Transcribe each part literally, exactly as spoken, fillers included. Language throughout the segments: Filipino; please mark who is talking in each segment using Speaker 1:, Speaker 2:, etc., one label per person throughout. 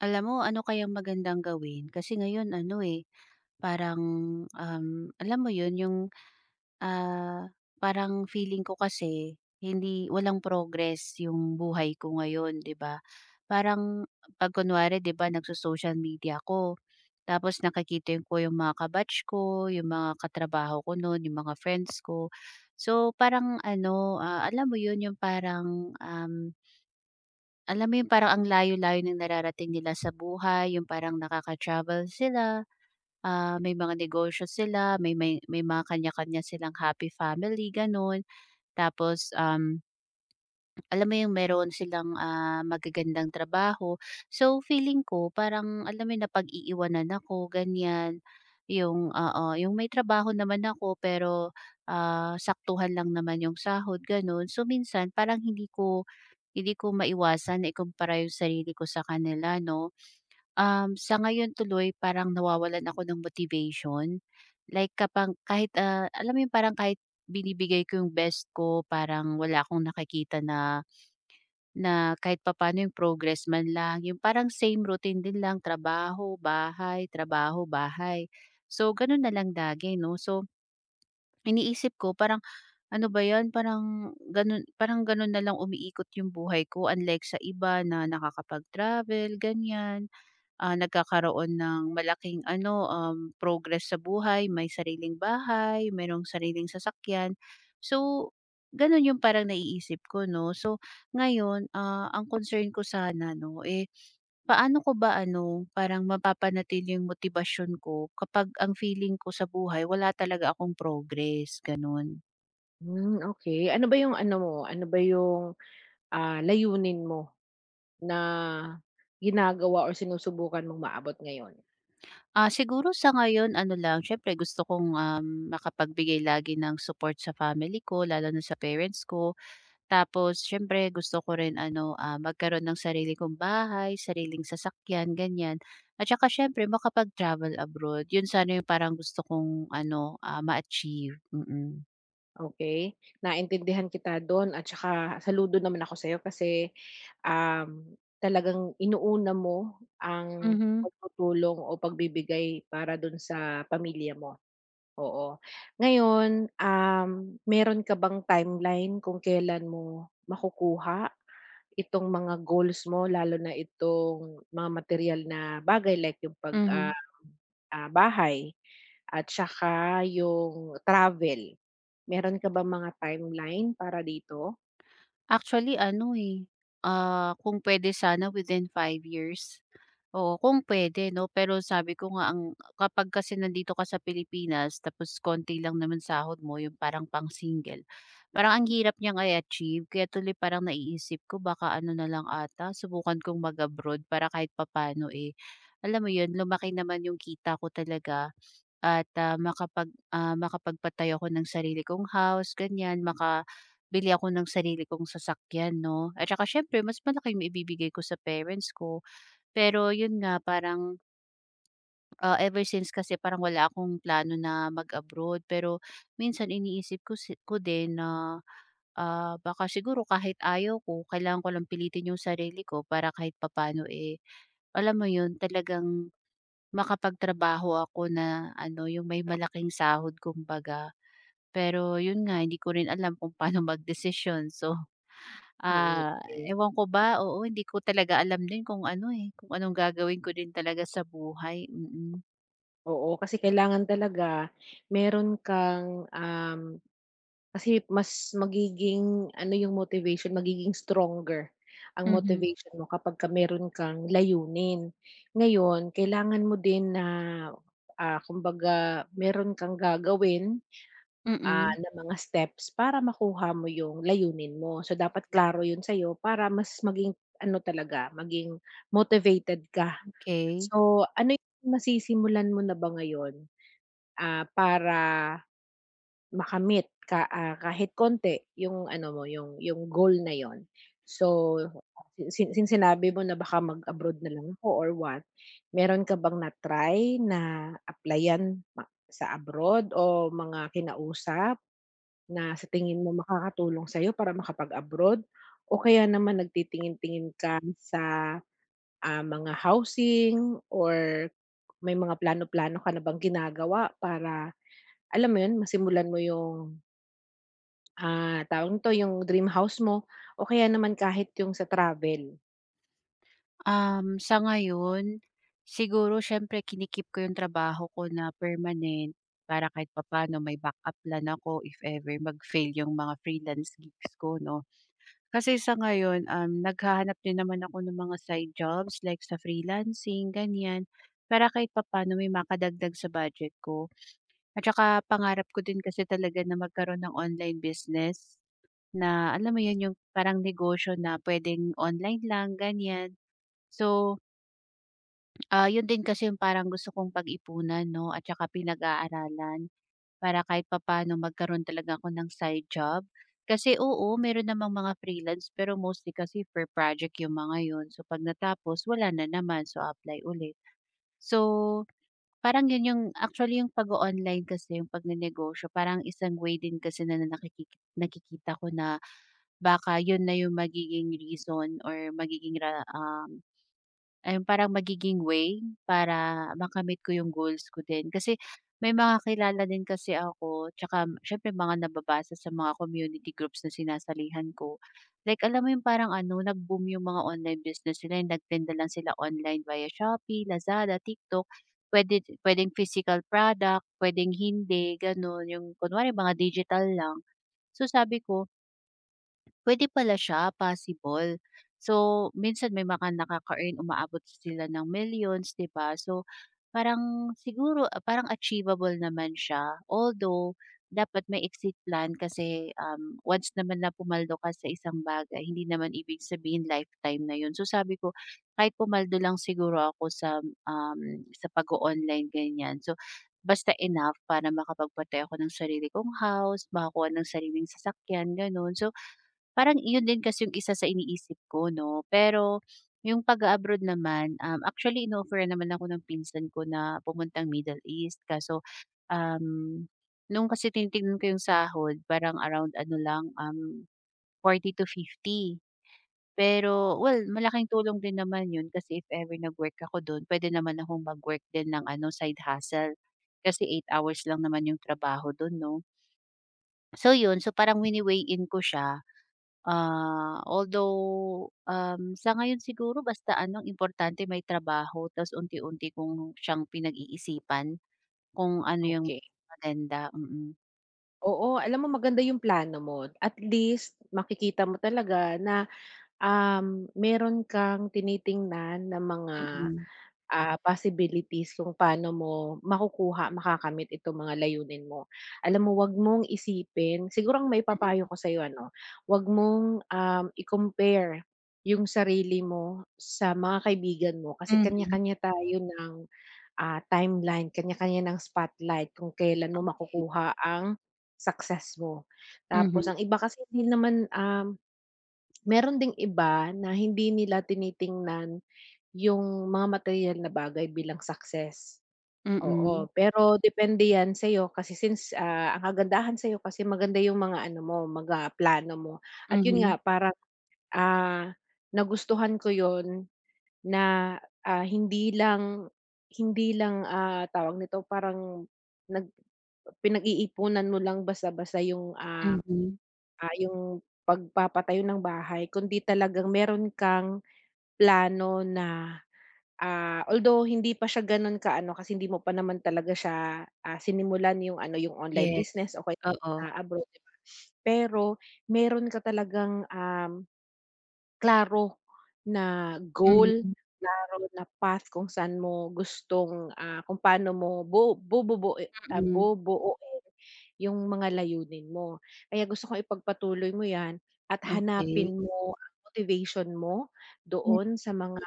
Speaker 1: Alam mo ano kayang magandang gawin kasi ngayon ano, eh, parang, um, alam mo 'yun yung, ah, parang feeling ko kasi hindi walang progress yung buhay ko ngayon, 'di ba? Parang 'pag kunwari 'di ba nagso-social media ako, tapos nakikita ko yung mga kabatch ko, yung mga katrabaho ko nun, yung mga friends ko. So, parang ano, ah, alam mo 'yun yung parang, um alam mo yung parang ang layo-layo ng nararating nila sa buhay, yung parang nakaka-travel sila, ah, may mga negosyo sila, may may may mga kanya-kanya silang happy family, gano'n. Tapos, um, alam mo yung meron silang, ah, magagandang trabaho. So, feeling ko parang alam mo yun napag-iiwanan ako, ganyan. Yung ah, ah, yung may trabaho naman ako pero, ah, saktuhan lang naman yung sahod, gano'n. So, minsan parang hindi ko hindi ko maiwasan na ikumpara yung sarili ko sa kanila 'no. Um, sa ngayon tuloy parang nawawalan ako ng motivation. Like kapag kahit, ah, alam mo yung parang kahit binibigay ko yung best ko parang wala akong nakakita na na kahit papaano yung progress man lang, yung parang same routine din lang trabaho, bahay, trabaho, bahay. So ganun na lang lagi 'no. So iniisip ko parang ano ba 'yan, parang gano'n parang gano'n na lang umiikot yung buhay ko unlike sa iba na nakakapag-travel, ganyan. Ah, nagkakaroon ng malaking ano, um, progress sa buhay, may sariling bahay, mayroong sariling sasakyan. So, gano'n yung parang naiisip ko 'no. So, ngayon, ah, ang concern ko sana 'no, eh, paano ko ba ano, parang mapapanatili yung motibasyon ko kapag ang feeling ko sa buhay wala talaga akong progress, gano'n?
Speaker 2: Hmm, okey. Ano ba yung ano mo, ano ba yung, ah, layunin mo na ginagawa or sinusubukan mong maabot ngayon?
Speaker 1: Ah, siguro sa ngayon ano lang, siyempre gusto kong, um, makapagbigay lagi ng support sa family ko lalo na sa parents ko. Tapos siyempre gusto ko rin ano, ah, magkaroon ng sarili kong bahay, sariling sasakyan, ganyan. At saka siyempre makapag-travel abroad. Yun sana yung parang gusto kong ano, ah, ma-achieve. Mm.
Speaker 2: Okey, naintindihan kita dun at saka saludo naman ako sa'yo kasi, um, talagang inuuna mo ang
Speaker 1: Mhm,
Speaker 2: pagtutulong o pagbibigay para dun sa pamilya mo, oo. Ngayon, um, meron ka bang timeline kung kelan mo makukuha itong mga goals mo lalo na itong mga material na bagay like yung pag ah,
Speaker 1: mhm.
Speaker 2: ah, bahay at saka yung travel. Meron ka ba mga timeline para dito?
Speaker 1: Actually ano, eh, ah, kung puwede sana within five years. Oo, kung puwede 'no, pero sabi ko nga ang kapag kasi nandito ka sa Pilipinas tapos konti lang naman sahod mo, yung parang pang-single, parang ang hirap niyang i-achieve kaya tuloy parang naiisip ko baka ano na lang ata subukan kong mag-abroad para kahit papano eh, alam mo yun lumaki naman yung kita ko talaga at, ah, makapag ah, makapagpatayo ako ng sarili kong house, ganyan. Makabili ako ng sarili kong sasakyan 'no. At saka siyempre mas malaki yung ibibigay ko sa parents ko. Pero yun nga, parang, ah, ever since kasi parang wala akong plano na mag-abroad. Pero minsan iniisip ko si ko din na, ah, baka siguro kahit ayaw ko, kailangan ko lang pilitin yung sarili ko para kahit papano eh, alam mo yun, talagang makapagtrabaho ako na ano, yung may malaking sahod kumbaga. Pero yun nga, hindi ko rin alam kung paano magdesisyon. So,
Speaker 2: Mm,
Speaker 1: ah,
Speaker 2: okey.
Speaker 1: ewan ko ba, oo, hindi ko talaga alam din kung ano, eh, kung anong gagawin ko din talaga sa buhay. Mm.
Speaker 2: Oo, kasi kailangan talaga meron kang, um kasi mas magiging ano yung motivation, magiging stronger ang
Speaker 1: Mhm,
Speaker 2: motivation mo kapagka meron kang layunin. Ngayon kailangan mo din na, ah, kumbaga meron kang gagawin, ah,
Speaker 1: mm,
Speaker 2: na mga steps para makuha mo yung layunin mo. So dapat klaro yun sa'yo para mas maging ano talaga, maging motivated ka.
Speaker 1: okey.
Speaker 2: So ano yung nasisimulan mo na ba ngayon, ah, para makamit ka, ah, kahit konti yung ano mo, yung yung goal na yun. So, sin since sinabi mo na baka mag-abroad na lang ako or what, meron ka bang na-try na applyan ma sa abroad o mga kinausap na sa tingin mo makakatulong sa'yo para makapag-abroad? O kaya naman nagtitingin-tingin ka sa, ah, mga housing or may mga plano-plano ka na bang ginagawa para alam mo yun, masimulan mo yung ah, tawag nito, yung dream house mo o kaya naman kahit yung sa travel.
Speaker 1: Um, sa ngayon, siguro siyempre kinikip ko yung trabaho ko na permanent para kahit papaano may backup plan ako if ever mag-fail yung mga freelance gigs ko 'no. Kasi sa ngayon, um, naghahanap din naman ako ng mga side jobs like sa freelancing, ganyan, para kahit papaano may makadagdag sa budget ko. At saka pangarap ko din kasi talaga na magkaroon ng online business na alam mo yun, yung parang negosyo na pwedeng online lang, ganyan. So, ah yun din kasi yung parang gusto kong pag-ipunan, no? At saka pinag-aaralan. Para kahit papaano magkaroon talaga ako ng side job. Kasi oo, meron namang mga freelance pero mostly kasi for project yung mga yun. So 'pag natapos wala na naman, so apply ulit. So, parang yun yung actually yung pag online kasi yung pagnenegosyo parang isang way din kasi na nakiki nakikita ko na baka yun na yung magiging reason or magiging ra um ayun, parang magiging way para makamit ko yung goals ko din. Kasi may mga kilala din kasi ako, tsaka siyempre mga nababasa sa mga community groups na sinasalihan ko. Like alam mo yung parang ano, nag-boom yung mga online business nila, yung nagtinda lang sila online via Shopee, Lazada, TikTok. pwede puwedeng physical product, puwedeng hindi, gano'n. Yung kunwari mga digital lang. So sabi ko, Puwede pala siya, possible. So, minsan may mga nakaka-earn umaabot sila ng millions, 'di ba? So, parang siguro ah, parang achievable naman siya. Although, dapat may exit plan kasi, um, once naman na pumaldo ka sa isang bagay, hindi naman ibig sabihin lifetime na 'yun. So, sabi ko kahit pumaldo lang siguro ako sa, um, sa pag online ganiyan. So, basta enough para makapagpatay ako ng sarili kong house, makakuha ng sariling sasakyan, gano'n. So, parang iyon din kasi yung isa sa iniisip ko 'no, pero yung pag abroad naman, um, actually inofferan naman ako ng pinsan ko na pumuntang Middle East kaso, um, nung kasi tinitignan ko yung sahod parang around ano lang, um, forty to fifty. Pero well, malaking tulong din naman yun kasi if ever nag-work ako dun pwede naman akong mag-work din ng ano side hustle, kasi eight hours lang naman yung trabaho dun 'no. So yun, so parang wini-weigh in ko siya. Ah, although, um, sa ngayon siguro basta ano ang importante may trabaho tas unti-unti kong siyang pinag-iisipan kung ano yung
Speaker 2: Okey.
Speaker 1: maganda. Mm.
Speaker 2: Oo, alam mo maganda yung plano mo. At least makikita mo talaga na, um, meron kang tinitingnan na mga,
Speaker 1: Mm,
Speaker 2: ah, possibilities kung paano mo makukuha, makakamit itong mga layunin mo. Alam mo, 'wag mong isipin siguro ang maipapayo ko sa'yo ano, 'wag mong, um, i-compare yung sarili mo sa mga kaibigan mo kasi
Speaker 1: mm, mhm,
Speaker 2: kanya-kanya tayo ng ah, timeline, kanya-kanya ng spotlight kung kailan mo
Speaker 1: okay.
Speaker 2: makukuha ang success mo. Tapos
Speaker 1: Mhm,
Speaker 2: ang iba kasi hindi naman, um, meron ding iba na hindi nila tinitingnan yung mga materyal na bagay bilang success,
Speaker 1: mm,
Speaker 2: oo. Pero depende 'yan sa'yo kasi since, ah, ang kagandahan sa'yo kasi maganda yung mga ano mo, mga plano mo at 'yun
Speaker 1: mhm,
Speaker 2: nga parang, ah, nagustuhan ko 'yun na, ah, hindi lang hindi lang, ah, tawag nito, parang nag pinag-iipunan mo lang basta-basta yung, ah,
Speaker 1: mhm.
Speaker 2: ah, yung pagpapatayo ng bahay kundi talagang meron kang plano na, ah, although hindi pa siya gano'n ka-ano kasi hindi mo pa naman talaga siya, ah, sinimulan yung ano, yung online
Speaker 1: Yes,
Speaker 2: business o kaya
Speaker 1: oo.
Speaker 2: sa abroad, 'di ba? Pero meron ka talagang, um klaro na goal,
Speaker 1: Mhm,
Speaker 2: klaro na path kung saan mo gustong, ah, kung paano mo bu bububui ah,
Speaker 1: mm,
Speaker 2: bubuuin yung mga layunin mo. Kaya gusto kong ipagpatuloy mo 'yan at
Speaker 1: okay.
Speaker 2: hanapin mo ang motivation mo doon sa mga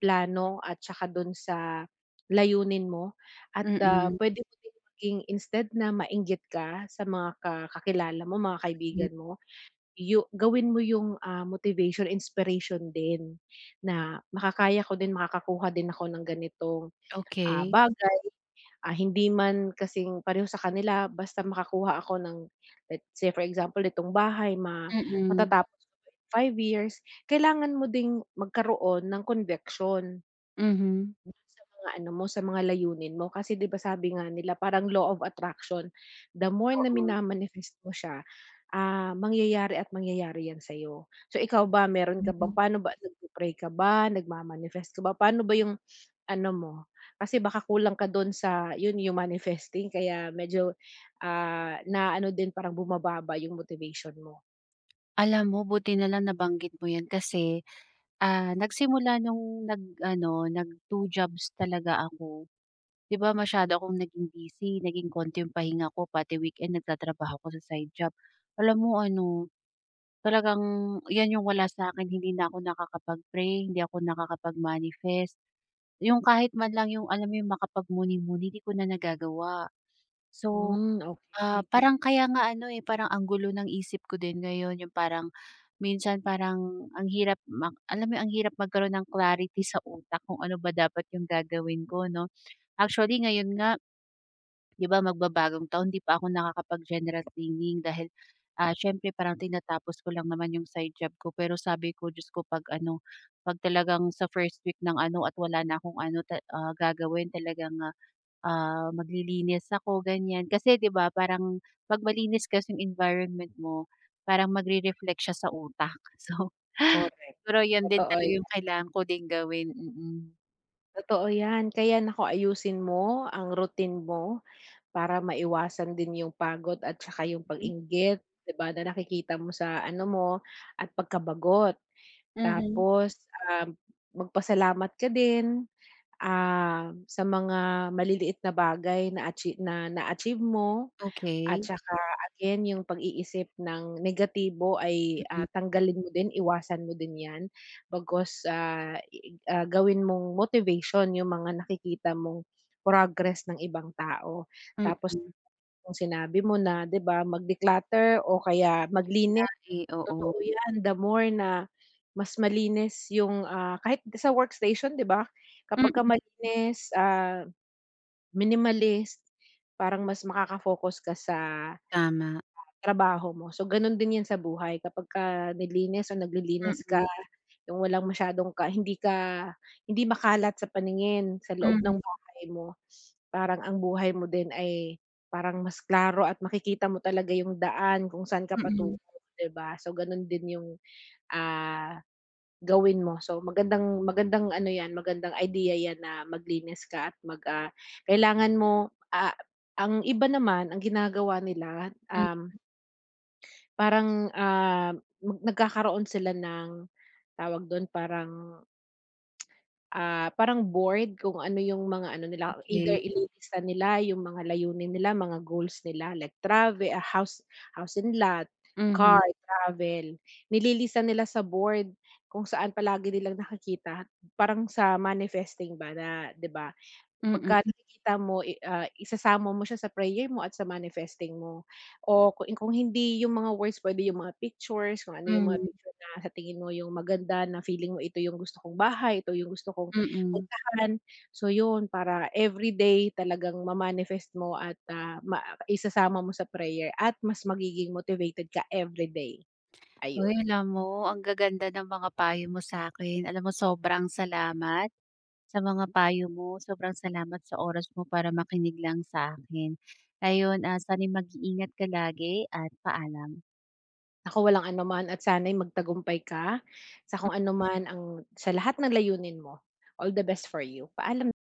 Speaker 2: plano at saka do'n sa layunin mo at, ah,
Speaker 1: Mm,
Speaker 2: puwede mo din maging instead na mainggit ka sa mga ka kakilala mo, mga
Speaker 1: hmm,
Speaker 2: kaibigan mo, yu gawin mo yung, ah, motivation, inspiration din na makakaya ko din, makakakuha din ako ng ganitong, ah,
Speaker 1: okey.
Speaker 2: bagay. Ah, hindi man kasing pareho sa kanila basta makakuha ako ng let's say for example nitong bahay ma
Speaker 1: Mm,
Speaker 2: matatapos ko in five years, kailangan mo ding magkaroon ng conviction.
Speaker 1: mhm,
Speaker 2: Sa mga ano mo, sa mga layunin mo kasi 'di ba sabi nga nila parang law of attraction, the more na
Speaker 1: oo.
Speaker 2: mina mo siya, ah, mangyayari at mangyayari 'yan sa'yo. So ikaw ba meron ka bang
Speaker 1: Mhm.
Speaker 2: paano ba nagpe ka ba, nagma ka ba, paano ba yung ano mo? Kasi baka kulang ka dun sa yun yung manifesting kaya medyo, ah, na-ano din parang bumababa yung motivation mo.
Speaker 1: Alam mo buti na lang nabanggit mo 'yan kasi. Ah, nagsimula nung nag-ano, nag-two jobs talaga ako, 'di ba masyado akong naging busy, naging konti yung pahinga ko pati weekend nagtatrabaho ako sa side job. Alam mo ano, talagang 'yan yung wala sa akin hindi na ako nakakapag-pray, hindi ako nakakapag-manifest. Yung kahit man lang yung alam mo yung makapagmuni-muni, 'di ko na nagagawa. So,
Speaker 2: Hmm,
Speaker 1: Ah,
Speaker 2: okey.
Speaker 1: parang kaya nga ano, eh, parang ang gulo ng isip ko din ngayon yung parang minsan parang ang hirap mak alam mo yun, ang hirap magkaroon ng clarity sa utak kung ano ba dapat yung gagawin ko 'no. Actually ngayon nga 'di ba magbabagong taon 'di pa ako nakakapag-general cleaning dahil, ah, siyempre parang tinatapos ko lang naman yung side job ko. Pero sabi ko, Diyos ko 'pag ano, 'pag talagang sa first week ng ano at wala na akong ano ta ah, gagawin talagang, ah ah, maglilinis ako ganyan. Kasi 'di ba parang 'pag malinis kasi yung environment mo, parang magre-reflect siya sa utak. So,
Speaker 2: Correct,
Speaker 1: pero yun din
Speaker 2: totoo
Speaker 1: talaga
Speaker 2: yan,
Speaker 1: yung kailangan ko din gawin. Mm.
Speaker 2: totoo yan. Kaya naku ayusin mo ang routine mo. Para maiwasan din yung pagod at saka yung
Speaker 1: Hmm.
Speaker 2: pag-inggit, 'di ba, na nakikita mo sa ano mo at pagkabagot.
Speaker 1: Mhm.
Speaker 2: Tapos, um, magpasalamat ka din, ah, sa mga maliliit na bagay na achi na na-achieve mo at
Speaker 1: Okey.
Speaker 2: saka again yung pag-iisip ng negatibo ay,
Speaker 1: Mm,
Speaker 2: ah, tanggalin mo din, iwasan mo din 'yan. Bagos ah, i ah, gawin mong motivation yung mga nakikita mong progress ng ibang tao. Tapos
Speaker 1: mm.
Speaker 2: yung sinabi mo na 'di ba, mag-declutter o kaya
Speaker 1: Yun nga
Speaker 2: maglinis,
Speaker 1: eh, oo.
Speaker 2: totoo 'yan. The more na mas malinis yung, ah, kahit sa workstation 'di ba, kapagka
Speaker 1: Mm,
Speaker 2: malinis, ah, minimalist, parang mas makaka-focus ka sa
Speaker 1: tama.
Speaker 2: trabaho mo. So, gano'n din 'yan sa buhay kapag ka nilinis o naglilinis ka,
Speaker 1: Mm,
Speaker 2: yung walang masyadong ka hindi ka hindi makalat sa paningin sa loob
Speaker 1: mhm,
Speaker 2: ng buhay mo. Parang ang buhay mo din ay parang mas klaro at makikita mo talaga yung daan kung saan ka
Speaker 1: mm,
Speaker 2: patungo, 'di ba? So, gano'n din yung, ah, gawin mo. So, magandang magandang ano 'yan, magandang idea 'yan na maglinis ka at mag, ah, kailangan mo, ah, ang iba naman ang ginagawa nila,
Speaker 1: hmm,
Speaker 2: um parang, ah, mag nagkakaroon sila ng, tawag dun, parang, ah, parang board kung ano yung mga ano nila, either
Speaker 1: okey.
Speaker 2: ililista nila yung mga layunin nila, mga goals nila like travel ah, house house and lot,
Speaker 1: Mhm,
Speaker 2: car, travel. Nililista nila sa board kung saan palagi nilang nakakita parang sa manifesting ba na, 'di ba?
Speaker 1: mm, hmm,
Speaker 2: Pagka nakikita mo, i ah, isasama mo siya sa prayer mo at sa manifesting mo. O kung kung hindi yung mga words, pwede yung mga pictures, kung ano yung mga
Speaker 1: mm.
Speaker 2: picture na sa tingin mo yung maganda na feeling mo ito yung gusto kong bahay, ito yung gusto kong
Speaker 1: Mm-mm.
Speaker 2: puntahan. So yun, para everyday talagang ma-manifest mo at, ah, ma isasama mo sa prayer at mas magiging motivated ka everyday. Ayun.
Speaker 1: Hoy, alam mo ang gaganda ng mga payo mo sa akin. Alam mo sobrang salamat sa mga payo mo. Sobrang salamat sa oras mo para makinig lang sa akin. Ayun, ah, sana'y mag-iingat ka lagi at paalam.
Speaker 2: Naku, walang anuman at sana'y magtagumpay ka sa kung anuman ang sa lahat ng layunin mo. All the best for you. Paalam.